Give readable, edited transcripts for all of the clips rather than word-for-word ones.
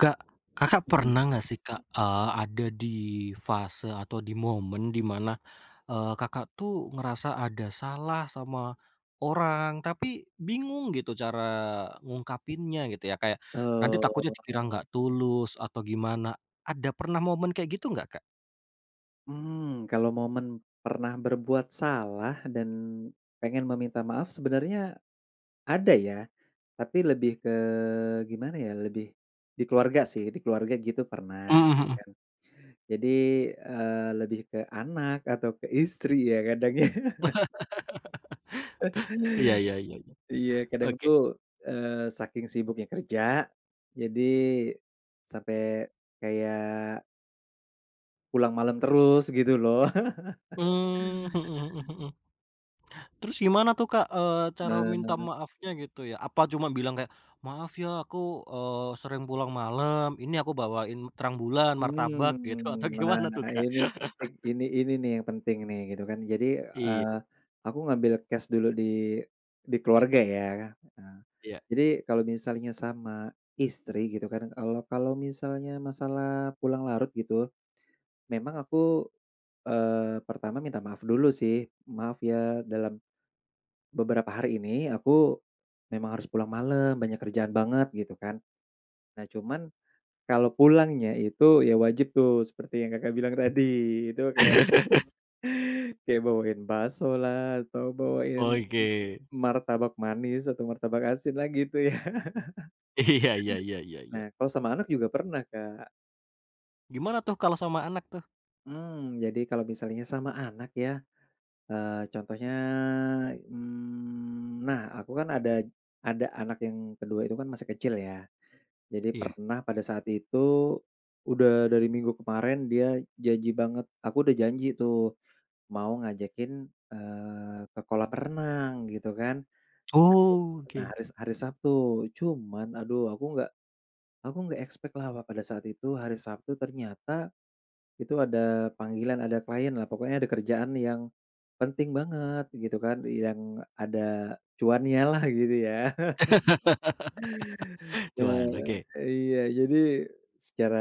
Kak, Kakak Mmm, pernah nggak sih Kak, ada di fase atau di momen di mana, Kakak tuh ngerasa ada salah sama orang, tapi bingung gitu cara ngungkapinnya gitu ya, kayak nanti takutnya eee, dikira nggak tulus atau gimana. Ada pernah momen kayak gitu nggak, Kak? mmm, kalau momen pernah berbuat salah dan pengen meminta maaf sebenarnya ada ya, tapi lebih ke gimana ya, lebih di keluarga sih, di keluarga gitu pernah Mhm, gitu mhm. kan. Jadi, lebih ke anak atau ke istri ya kadangnya. Iya, iya, iya, iya. Iya, kadang Oke. tuh, eee, saking sibuknya kerja, jadi sampai kayak pulang malam terus gitu loh. Mmm, mhm, mhm, mhm. Terus gimana tuh, Kak, cara minta Nah. maafnya gitu ya? Apa cuma bilang kayak, "Maaf ya aku, sering pulang malam, ini aku bawain terang bulan, martabak," gitu atau gimana tuh, Nah, Kak? ini penting ini nih yang penting nih gitu kan. Jadi, Iya, aku ngambil cash dulu di keluarga ya. Nah, iya. jadi kalau misalnya sama istri gitu kan, kalau kalau misalnya masalah pulang larut gitu, memang aku, pertama minta maaf dulu sih. "Maaf ya, dalam beberapa hari ini aku memang harus pulang malam, banyak kerjaan banget," gitu kan. Nah, cuman kalau pulangnya itu ya wajib tuh seperti yang Kakak bilang tadi, itu kayak kayak bawain bakso lah atau bawain Oke. martabak manis atau martabak asin lah gitu ya. Iya, iya, iya, iya, iya. Nah kalau sama anak juga pernah Kak, Gimana tuh kalau sama anak tuh? mmm, jadi kalau misalnya sama anak ya, contohnya, mmm, nah aku kan ada anak yang kedua itu kan masih kecil ya, jadi Iya. pernah pada saat itu, udah dari minggu kemarin dia janji banget aku udah janji tuh mau ngajakin, ke kolam renang gitu kan. Oh, oke. Nah hari hari Sabtu, cuman aduh aku nggak expect lah wa pada saat itu hari Sabtu ternyata itu ada panggilan, ada klien lah, pokoknya ada kerjaan yang penting banget gitu kan, yang ada cuannya lah gitu ya. Cuan, Nah, oke. iya jadi secara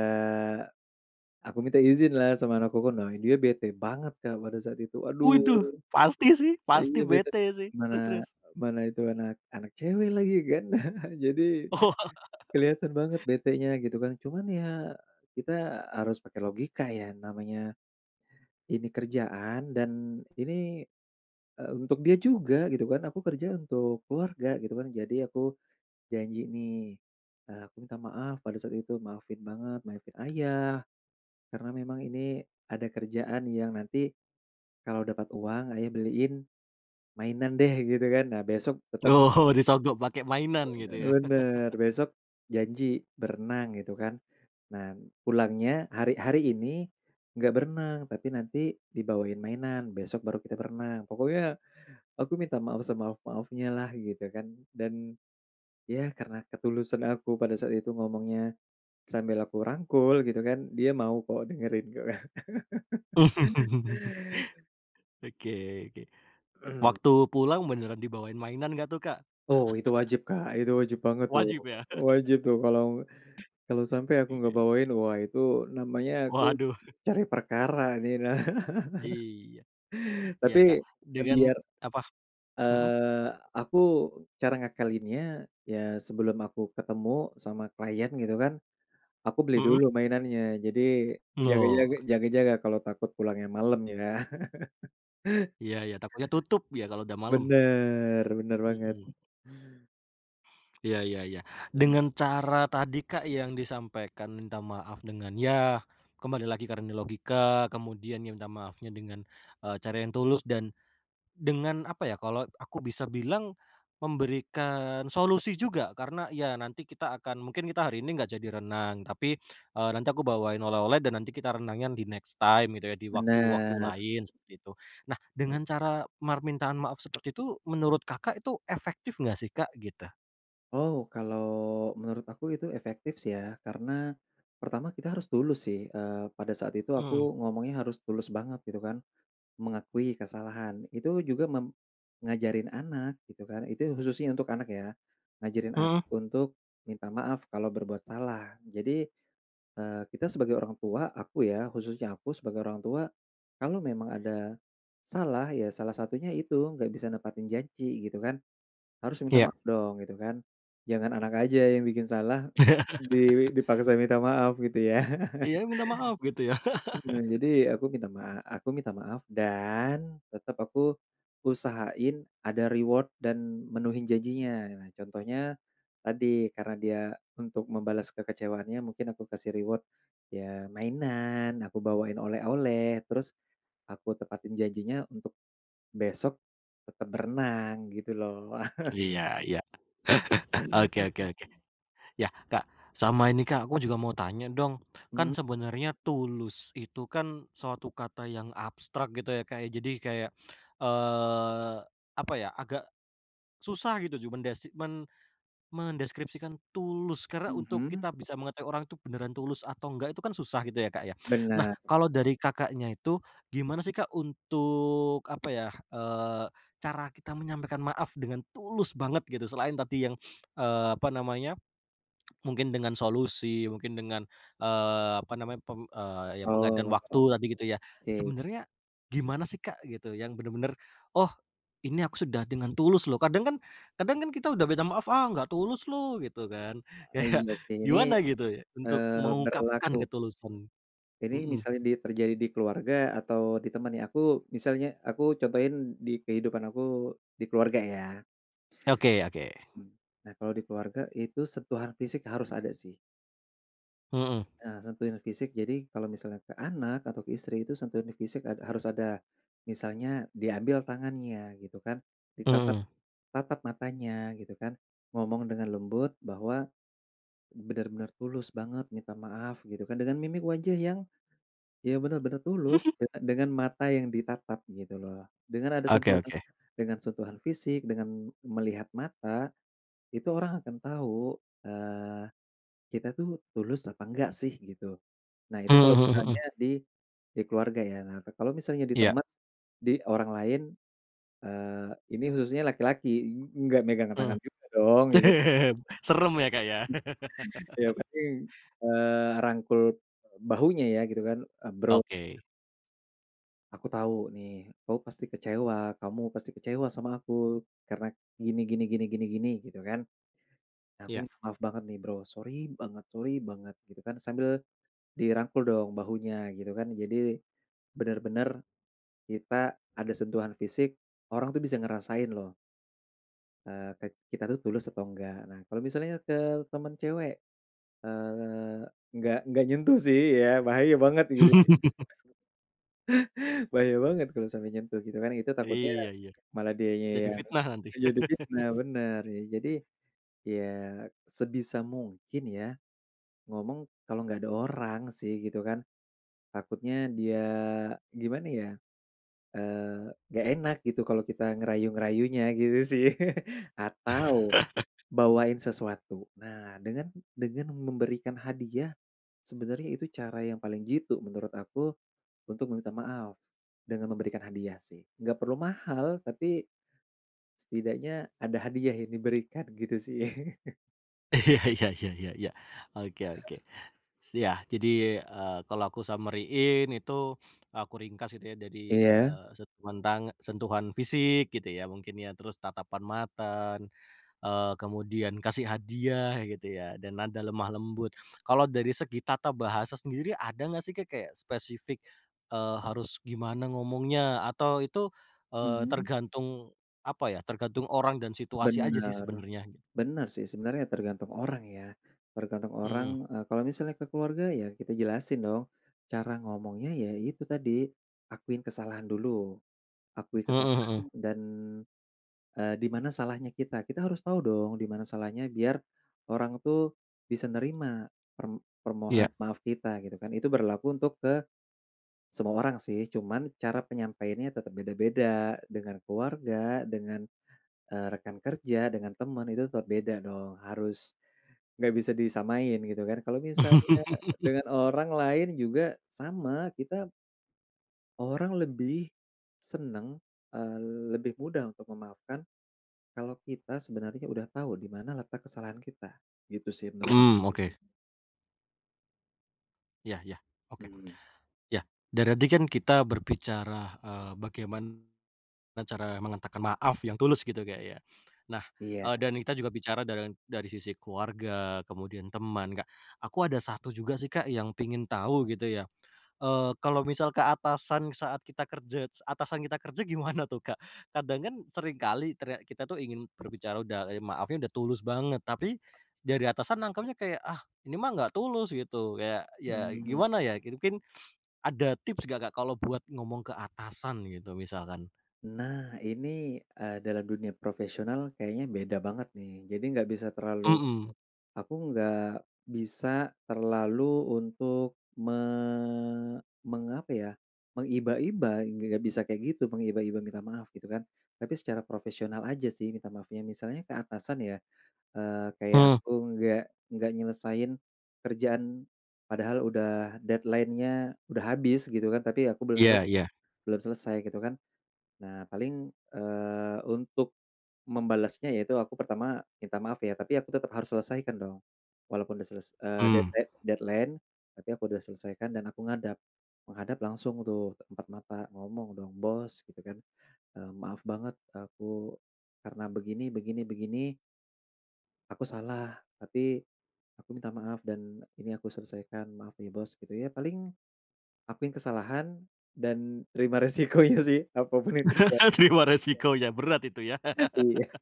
aku minta izin lah sama anak kokono, dia bete banget Kak pada saat itu, Waduh, aduh. pasti sih, pasti Iya bete, bete sih. mana Terus, terus? mana itu anak anak cewek lagi kan. Jadi Oh. kelihatan banget betenya gitu kan. Cuman ya kita harus pakai logika ya, namanya ini kerjaan dan ini, untuk dia juga gitu kan. Aku kerja untuk keluarga gitu kan. Jadi aku janji nih, aku minta maaf pada saat itu, maafin banget, maafin ayah, karena memang ini ada kerjaan yang nanti kalau dapat uang ayah beliin mainan deh gitu kan. Nah besok tetap Oh, disogok pakai mainan gitu ya? bener, besok janji berenang gitu kan. Nah, pulangnya hari hari ini nggak berenang, tapi nanti dibawain mainan, besok baru kita berenang. Pokoknya aku minta maaf semaaf-maafnya lah gitu kan. Dan ya karena ketulusan aku pada saat itu ngomongnya sambil aku rangkul gitu kan, dia mau kok dengerin gitu kan. Oke, oke. Waktu pulang beneran dibawain mainan nggak tuh, Kak? Oh, itu wajib Kak, itu wajib banget tuh, Wajib ya? wajib tuh kalau kalau sampai aku nggak Oke. bawain, wah itu namanya aku Waduh, cari perkara nih. Nah, iya, iya, Kak. tapi Dengan biar, apa, mhm, eee, aku cara ngakalinnya, ya sebelum aku ketemu sama klien gitu kan, aku beli mhm? dulu mainannya. Jadi Oh, jaga-jaga kalau takut pulangnya malam ya. iya, iya, takutnya tutup ya kalau udah malam? Bener, bener banget. Mhm. Iya, iya, iya. Mmm. Dengan cara tadi, Kak, yang disampaikan minta maaf dengan ya kembali lagi karena logika, kemudian ya minta maafnya dengan, cara yang tulus dan dengan apa ya, kalau aku bisa bilang memberikan solusi juga karena ya nanti kita akan mungkin kita hari ini nggak jadi renang tapi, nanti aku bawain oleh-oleh dan nanti kita renangnya di next time gitu ya di waktu-waktu Bener. lain seperti itu. Nah, dengan cara permintaan maaf seperti itu menurut Kakak itu efektif nggak sih, Kak, gitu? Oh, kalau menurut aku itu efektif sih ya, karena pertama kita harus tulus sih, pada saat itu aku Hmm, ngomongnya harus tulus banget gitu kan. Mengakui kesalahan, itu juga ngajarin anak gitu kan, itu khususnya untuk anak ya, ngajarin anak mhm, untuk minta maaf kalau berbuat salah. Jadi, kita sebagai orang tua, aku ya, khususnya aku sebagai orang tua, kalau memang ada salah, ya salah satunya itu nggak bisa nepatin janji gitu kan, harus minta iya. maaf dong gitu kan. Jangan anak aja yang bikin salah, dipaksa minta maaf gitu ya. Iya, minta maaf gitu ya. Jadi aku minta maaf. Aku minta maaf dan tetap aku usahain ada reward dan menuhin janjinya. Nah, contohnya tadi karena dia untuk membalas kekecewaannya mungkin aku kasih reward, ya mainan, aku bawain oleh-oleh, terus aku tepatin janjinya untuk besok tetap berenang gitu loh. Iya, iya, oke, oke, oke. Ya, Kak, sama ini, Kak, aku juga mau tanya dong. Kan Mhm sebenarnya tulus itu kan suatu kata yang abstrak gitu ya, Kak, ya. Jadi kayak, eee, apa ya, agak susah gitu ju mendesi men mendeskripsikan tulus karena untuk mhm, kita bisa mengetahui orang itu beneran tulus atau enggak itu kan susah gitu ya, Kak, ya. Nah, benar. kalau dari Kakaknya itu gimana sih, Kak, untuk apa ya, cara kita menyampaikan maaf dengan tulus banget gitu selain tadi yang, apa namanya, mungkin dengan solusi, mungkin dengan, apa namanya, ya penggantian Oh, waktu tadi gitu ya. oke. Sebenarnya gimana sih, Kak, gitu yang bener-bener, "Oh, ini aku sudah dengan tulus loh." Kadang kan kita udah minta maaf, "Ah, nggak tulus loh gitu kan." Kayak Iya sih ini, gimana gitu ya untuk eee, mengungkapkan berlaku ketulusan? ini Mhm. misalnya di terjadi di keluarga atau di teman ya? Aku misalnya aku contohin di kehidupan aku di keluarga ya. Oke, oke. Mmm. Nah, kalau di keluarga itu sentuhan fisik harus ada sih, Mhm, heeh, sentuhan fisik. Jadi kalau misalnya ke anak atau ke istri itu sentuhan fisik harus ada. Misalnya diambil tangannya gitu kan, ditatap mhm. tatap matanya gitu kan, ngomong dengan lembut bahwa benar-benar tulus banget minta maaf gitu kan, dengan mimik wajah yang iya benar-benar tulus dengan mata yang ditatap gitu loh. Dengan ada Oke, sentuhan oke. dengan sentuhan fisik, dengan melihat mata, itu orang akan tahu, eee, kita tuh tulus apa enggak sih gitu. Nah itu Mhm, kalau mhm, mhm. misalnya di keluarga ya, nah kalau misalnya di Iya, teman, di orang lain, ini khususnya laki-laki, enggak megang mhm. tangan juga dong gitu, Serem ya, Kak, ya. ya paling, rangkul bahunya ya gitu kan, eee, bro Oke. aku tahu nih, kamu pasti kecewa sama aku karena gini gini gini gini gini gitu kan. Nah, aku Iya. minta maaf banget nih bro, sorry banget gitu kan sambil dirangkul dong bahunya gitu kan. Jadi benar-benar kita ada sentuhan fisik, orang tuh bisa ngerasain loh kita tuh tulus atau enggak. Nah, kalau misalnya ke teman cewek eh, enggak nyentuh sih ya, bahaya banget gitu. Bahaya banget kalau sampai nyentuh gitu kan, itu takutnya Iya, iya. malah dianya Jadi yang fitnah nanti. jadi fitnah, bener ya. Jadi, ya sebisa mungkin ya, ngomong kalau nggak ada orang sih gitu kan. Takutnya dia gimana ya, nggak enak gitu kalau kita ngerayu-ngerayunya gitu sih. Atau bawain sesuatu. Nah, dengan memberikan hadiah, sebenarnya itu cara yang paling jitu menurut aku untuk meminta maaf, dengan memberikan hadiah sih. Nggak perlu mahal, tapi setidaknya ada hadiah yang diberikan gitu sih. Iya, iya, iya, iya, iya. Oke, oke. Ya, jadi, kalau aku summary-in itu aku ringkas gitu ya jadi, Iya, sentuhan fisik gitu ya mungkin ya, terus tatapan mata, kemudian kasih hadiah gitu ya, dan nada lemah lembut. Kalau dari segi tata bahasa sendiri ada nggak sih Kak kayak spesifik, harus gimana ngomongnya atau itu, mhm, tergantung apa ya, tergantung orang dan situasi aja sih benar. sebenarnya? Bener sih sebenarnya tergantung orang ya, tergantung orang, Mhm. Kalau misalnya ke keluarga ya kita jelasin dong, cara ngomongnya ya itu tadi, akuin kesalahan dulu, akui Mhm, kesalahan mhm, dan eee, di mana salahnya kita. Kita harus tahu dong di mana salahnya biar orang tuh bisa nerima permohonan iya. maaf kita gitu kan. Itu berlaku untuk ke semua orang sih, cuman cara penyampaiannya tetap beda-beda, dengan keluarga, dengan, rekan kerja, dengan teman itu tetap beda dong, harus nggak bisa disamain gitu kan. Kalau misalnya dengan orang lain juga sama, kita orang lebih seneng eee, lebih mudah untuk memaafkan kalau kita sebenarnya udah tahu di mana letak kesalahan kita, gitu sih menurut aku. Mmm, oke, iya, iya, oke, Mmm. iya. Dan tadi kan kita berbicara, bagaimana cara mengatakan maaf yang tulus gitu Kak ya. Nah, Iya. Dan kita juga bicara dari sisi keluarga, kemudian teman Kak. Aku ada satu juga sih Kak yang pengen tahu gitu ya. Kalau misal ke atasan saat kita kerja atasan kita kerja gimana tuh, Kak? Kadang kan sering kali teriak kita tuh ingin berbicara udah, maafnya udah tulus banget, tapi dari atasan nangkapnya kayak, "Ah, ini mah nggak tulus," gitu. Kayak ya Mmm. gimana ya, mungkin ada tips gak Kak, kalau buat ngomong ke atasan gitu misalkan? Nah ini, dalam dunia profesional kayaknya beda banget nih. Jadi nggak bisa terlalu Mhm, aku nggak bisa terlalu untuk me meng ya, mengiba-iba, nggak bisa kayak gitu, mengiba-iba minta maaf gitu kan. Tapi secara profesional aja sih minta maafnya, misalnya ke atasan ya. Eee, kayak hmm, aku nggak nyelesain kerjaan, padahal udah deadline-nya udah habis gitu kan, tapi aku belum iya, selesai iya, belum selesai gitu kan. Nah paling, untuk membalasnya yaitu aku pertama minta maaf ya, tapi aku tetap harus selesaikan dong. Walaupun udah mmm. deadline deadline, tapi aku udah selesaikan dan aku ngadap. Menghadap langsung tuh empat mata, ngomong dong, "Bos," gitu kan, "maaf banget aku karena begini begini begini, aku salah, tapi aku minta maaf dan ini aku selesaikan, maaf ya Bos," gitu ya. Paling akuin kesalahan dan terima resikonya sih, apapun yang terjadi. Terima resiko ya berat itu ya. Iya,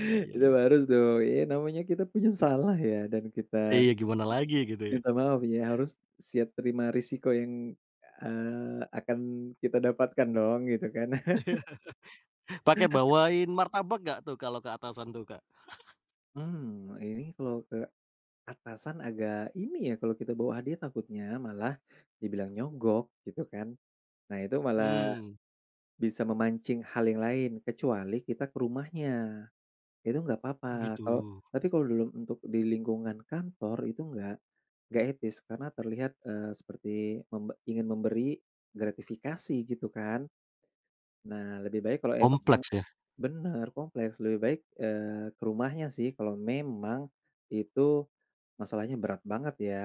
Iya, iya, itu iya. harus dong. Iya namanya kita punya salah ya dan kita Iya, gimana lagi gitu ya. minta maaf ya, harus siap terima risiko yang, akan kita dapatkan dong, gitu kan. Pakai bawain martabak nggak tuh kalau ke atasan tuh, Kak? Hmm ini kalau ke atasan agak ini ya, kalau kita bawa hadiah takutnya malah dibilang nyogok, gitu kan. Nah, itu malah Mmm, bisa memancing hal yang lain, kecuali kita ke rumahnya, itu nggak oh apa-apa. gitu, Kalau tapi kalau dulu untuk di lingkungan kantor itu nggak etis karena terlihat, seperti ingin memberi gratifikasi gitu kan. Nah, lebih baik kalau emang eee, kompleks ya? bener, kompleks, lebih baik, eee, ke rumahnya sih kalau memang itu masalahnya berat banget ya,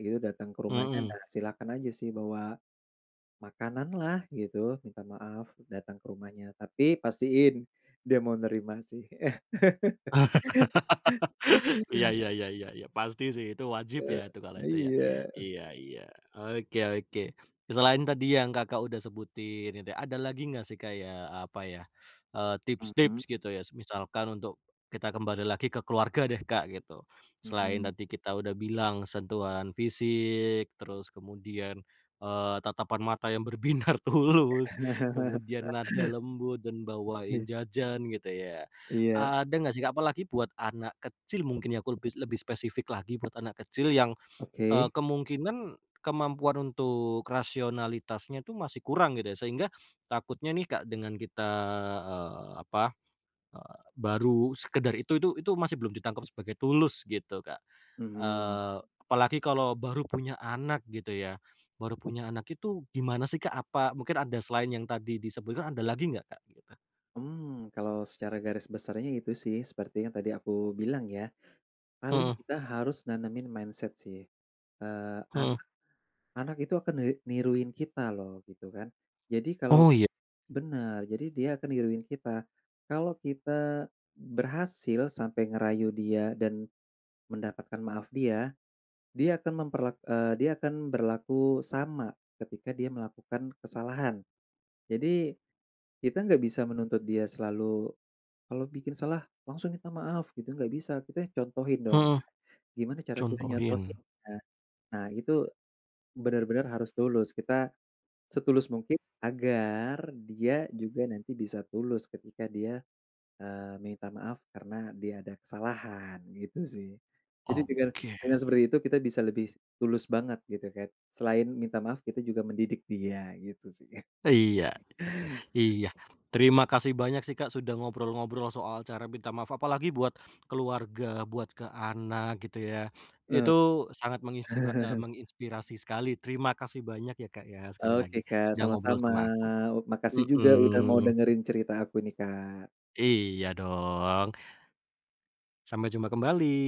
itu datang ke rumahnya. Mhm. Nah, silakan aja sih bawa makanan lah gitu, minta maaf, datang ke rumahnya, tapi pastiin dia mau nerima sih. Iya, iya, iya, iya, iya, pasti sih itu wajib Eh, ya itu kalau itu ya. iya. Iya, iya. Oke, oke. Selain tadi yang Kakak udah sebutin itu ya, ada lagi nggak sih kayak apa ya, tips-tips Mhm gitu ya misalkan untuk kita kembali lagi ke keluarga deh Kak gitu. Selain mhm. tadi kita udah bilang sentuhan fisik, terus kemudian, tatapan mata yang berbinar tulus, kemudian nada lembut dan bawain Iya jajan gitu ya. iya, Ada nggak sih Kak, apalagi buat anak kecil mungkin ya, aku lebih lebih spesifik lagi buat anak kecil yang, oke. kemungkinan kemampuan untuk rasionalitasnya tuh masih kurang gitu ya, sehingga takutnya nih Kak, dengan kita, apa, baru sekedar itu masih belum ditangkap sebagai tulus gitu Kak. Mhm. Apalagi kalau baru punya anak gitu ya, baru punya anak itu gimana sih Kak, apa mungkin ada selain yang tadi disebutkan ada lagi nggak Kak, gitu? Mmm, kalau secara garis besarnya itu sih, seperti yang tadi aku bilang ya, paling Mhm, kita harus nanamin mindset sih, eee, an mhm. anak itu akan niruin kita loh, gitu kan. Jadi kalau Oh iya, benar jadi dia akan niruin kita. Kalau kita berhasil sampai ngerayu dia dan mendapatkan maaf dia, dia akan dia akan berlaku sama ketika dia melakukan kesalahan. Jadi kita nggak bisa menuntut dia selalu kalau bikin salah langsung minta maaf gitu, nggak bisa. Kita contohin dong, mhm. gimana cara kita nyontohin. Contohin, Nah, nah, itu benar-benar harus tulus. Kita setulus mungkin agar dia juga nanti bisa tulus ketika dia, minta maaf karena dia ada kesalahan, gitu sih. Jadi oke. dengan seperti itu kita bisa lebih tulus banget gitu kan. Selain minta maaf kita juga mendidik dia gitu sih. Iya, iya, iya. Terima kasih banyak sih, Kak, sudah ngobrol-ngobrol soal cara minta maaf, apalagi buat keluarga, buat ke anak gitu ya. Itu Ok. sangat menginspira eee, menginspirasi sekali. Terima kasih banyak ya, Kak, ya, sekali Oke lagi Kak, sudah ngobrol sama-sama. sama aku. Makasih juga udah mau Mhm, dengerin cerita aku nih Kak. iya dong. Sampai jumpa kembali.